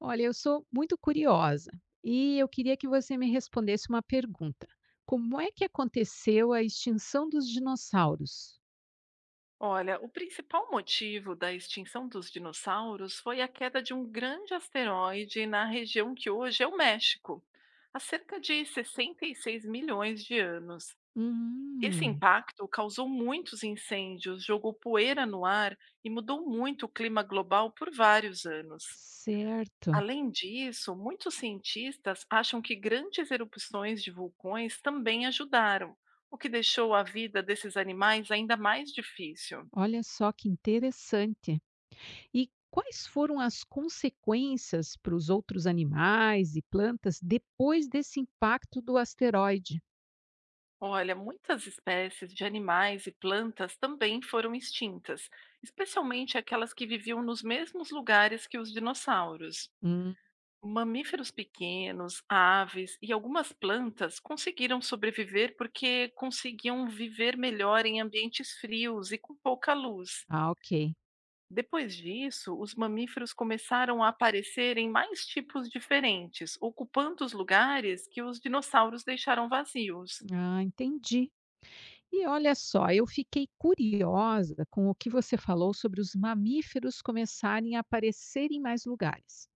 Olha, eu sou muito curiosa e eu queria que você me respondesse uma pergunta. Como é que aconteceu a extinção dos dinossauros? Olha, o principal motivo da extinção dos dinossauros foi a queda de um grande asteroide na região que hoje é o México, há cerca de 66 milhões de anos. Esse Hum, impacto causou muitos incêndios, jogou poeira no ar e mudou muito o clima global por vários anos. certo. Além disso, muitos cientistas acham que grandes erupções de vulcões também ajudaram, o que deixou a vida desses animais ainda mais difícil. Olha só que interessante. E quais foram as consequências para os outros animais e plantas depois desse impacto do asteroide? Olha, muitas espécies de animais e plantas também foram extintas, especialmente aquelas que viviam nos mesmos lugares que os dinossauros. Hum, Mamíferos pequenos, aves e algumas plantas conseguiram sobreviver porque conseguiam viver melhor em ambientes frios e com pouca luz. ah, ok. Depois disso, os mamíferos começaram a aparecer em mais tipos diferentes, ocupando os lugares que os dinossauros deixaram vazios. Ah, entendi. E olha só, eu fiquei curiosa com o que você falou sobre os mamíferos começarem a aparecer em mais lugares.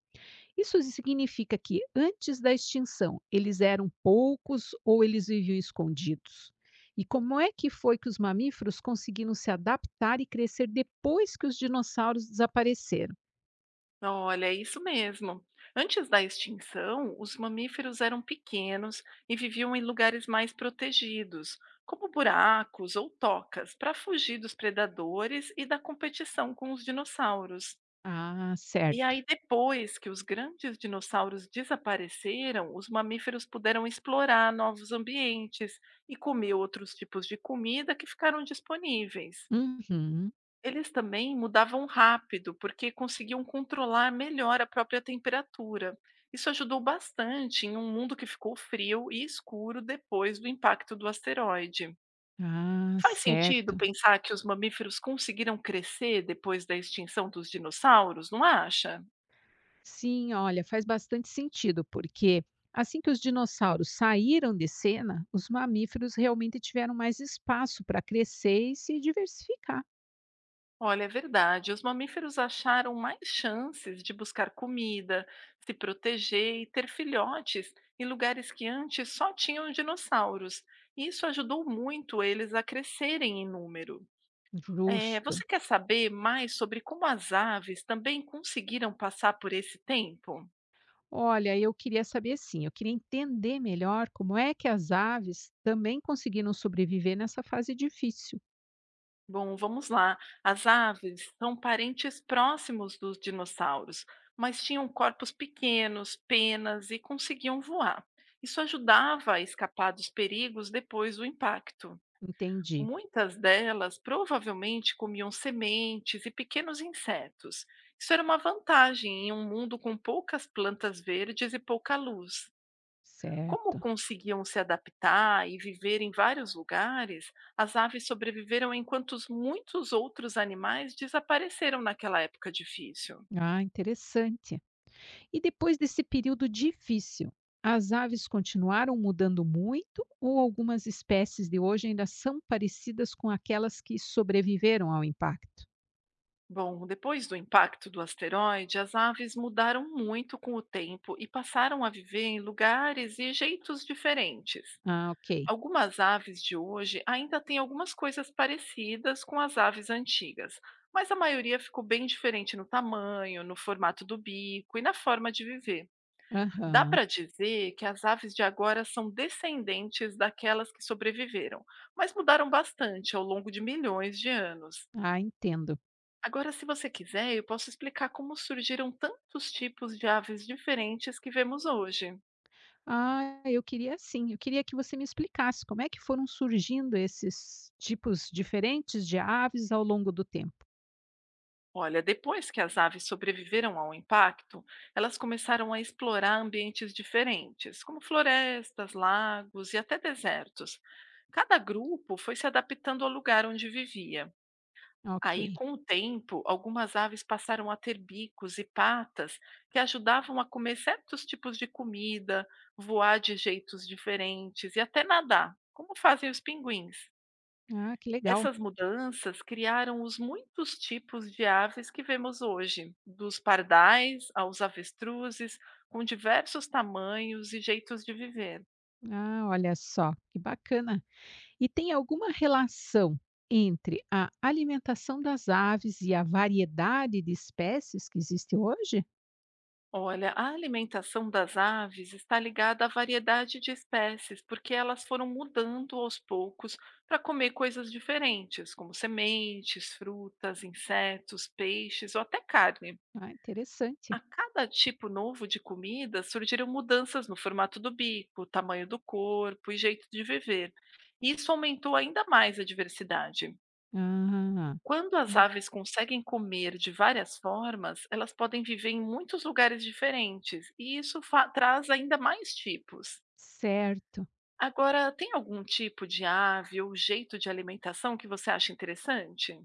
Isso significa que antes da extinção eles eram poucos ou eles viviam escondidos? E como é que foi que os mamíferos conseguiram se adaptar e crescer depois que os dinossauros desapareceram? Olha, é isso mesmo. Antes da extinção, os mamíferos eram pequenos e viviam em lugares mais protegidos, como buracos ou tocas, para fugir dos predadores e da competição com os dinossauros. Ah, E certo. aí, depois que os grandes dinossauros desapareceram, os mamíferos puderam explorar novos ambientes e comer outros tipos de comida que ficaram disponíveis. Uhum. Eles também mudavam rápido, porque conseguiam controlar melhor a própria temperatura. Isso ajudou bastante em um mundo que ficou frio e escuro depois do impacto do asteroide. Ah, Faz sentido certo. pensar que os mamíferos conseguiram crescer depois da extinção dos dinossauros, não acha? Sim, olha, faz bastante sentido, porque assim que os dinossauros saíram de cena, os mamíferos realmente tiveram mais espaço para crescer e se diversificar. Olha, é verdade. Os mamíferos acharam mais chances de buscar comida, se proteger e ter filhotes em lugares que antes só tinham dinossauros. Isso ajudou muito eles a crescerem em número. Justo. Você quer saber mais sobre como as aves também conseguiram passar por esse tempo? Olha, eu queria saber sim, eu queria entender melhor como é que as aves também conseguiram sobreviver nessa fase difícil. Bom, vamos lá. As aves são parentes próximos dos dinossauros, mas tinham corpos pequenos, penas e conseguiam voar. Isso ajudava a escapar dos perigos depois do impacto. Entendi. Muitas delas provavelmente comiam sementes e pequenos insetos. Isso era uma vantagem em um mundo com poucas plantas verdes e pouca luz. Como Certo. conseguiam se adaptar e viver em vários lugares, as aves sobreviveram enquanto os muitos outros animais desapareceram naquela época difícil. Ah, interessante. E depois desse período difícil, as aves continuaram mudando muito ou algumas espécies de hoje ainda são parecidas com aquelas que sobreviveram ao impacto? Bom, depois do impacto do asteroide, as aves mudaram muito com o tempo e passaram a viver em lugares e jeitos diferentes. Ah, ok. Algumas aves de hoje ainda têm algumas coisas parecidas com as aves antigas, mas a maioria ficou bem diferente no tamanho, no formato do bico e na forma de viver. Dá Aham. para dizer que as aves de agora são descendentes daquelas que sobreviveram, mas mudaram bastante ao longo de milhões de anos. Ah, entendo. Agora, se você quiser, eu posso explicar como surgiram tantos tipos de aves diferentes que vemos hoje. Ah, eu queria sim. Eu queria que você me explicasse como é que foram surgindo esses tipos diferentes de aves ao longo do tempo. Olha, depois que as aves sobreviveram ao impacto, elas começaram a explorar ambientes diferentes, como florestas, lagos e até desertos. Cada grupo foi se adaptando ao lugar onde vivia. Aí, Ok. com o tempo, algumas aves passaram a ter bicos e patas que ajudavam a comer certos tipos de comida, voar de jeitos diferentes e até nadar, como fazem os pinguins. Ah, que legal. Essas mudanças criaram os muitos tipos de aves que vemos hoje, dos pardais aos avestruzes, com diversos tamanhos e jeitos de viver. Ah, olha só, que bacana. E tem alguma relação entre a alimentação das aves e a variedade de espécies que existe hoje? Olha, a alimentação das aves está ligada à variedade de espécies, porque elas foram mudando aos poucos para comer coisas diferentes, como sementes, frutas, insetos, peixes ou até carne. Ah, A interessante. cada tipo novo de comida surgiram mudanças no formato do bico, tamanho do corpo e jeito de viver. Isso aumentou ainda mais a diversidade. Ah, Quando as né, aves conseguem comer de várias formas, elas podem viver em muitos lugares diferentes, e isso traz ainda mais tipos. certo. Agora, tem algum tipo de ave ou jeito de alimentação que você acha interessante?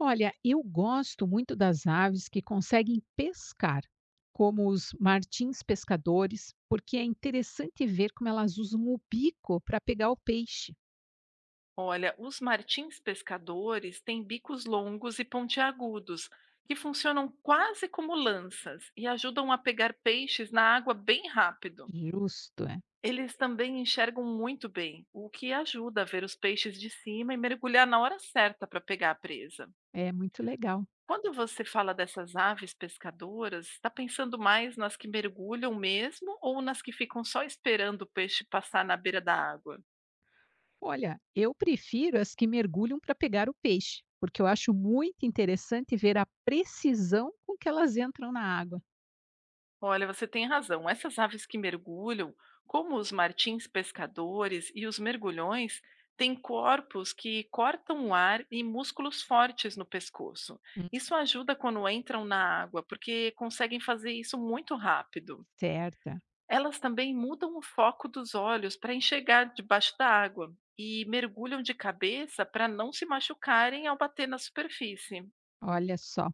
Olha, eu gosto muito das aves que conseguem pescar, como os martins pescadores, porque é interessante ver como elas usam o bico para pegar o peixe. Olha, os martins pescadores têm bicos longos e pontiagudos, que funcionam quase como lanças e ajudam a pegar peixes na água bem rápido. Justo, é. Eles também enxergam muito bem, o que ajuda a ver os peixes de cima e mergulhar na hora certa para pegar a presa. É muito legal. Quando você fala dessas aves pescadoras, está pensando mais nas que mergulham mesmo ou nas que ficam só esperando o peixe passar na beira da água? Olha, eu prefiro as que mergulham para pegar o peixe, porque eu acho muito interessante ver a precisão com que elas entram na água. Olha, você tem razão. Essas aves que mergulham, como os martins pescadores e os mergulhões, têm corpos que cortam o ar e músculos fortes no pescoço. Hum, Isso ajuda quando entram na água, porque conseguem fazer isso muito rápido. Certa. Elas também mudam o foco dos olhos para enxergar debaixo da água e mergulham de cabeça para não se machucarem ao bater na superfície. Olha só,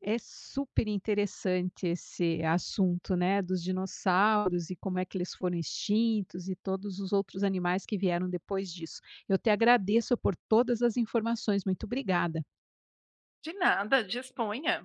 é super interessante esse assunto, né, dos dinossauros e como é que eles foram extintos e todos os outros animais que vieram depois disso. Eu te agradeço por todas as informações. Muito obrigada. De nada, disponha.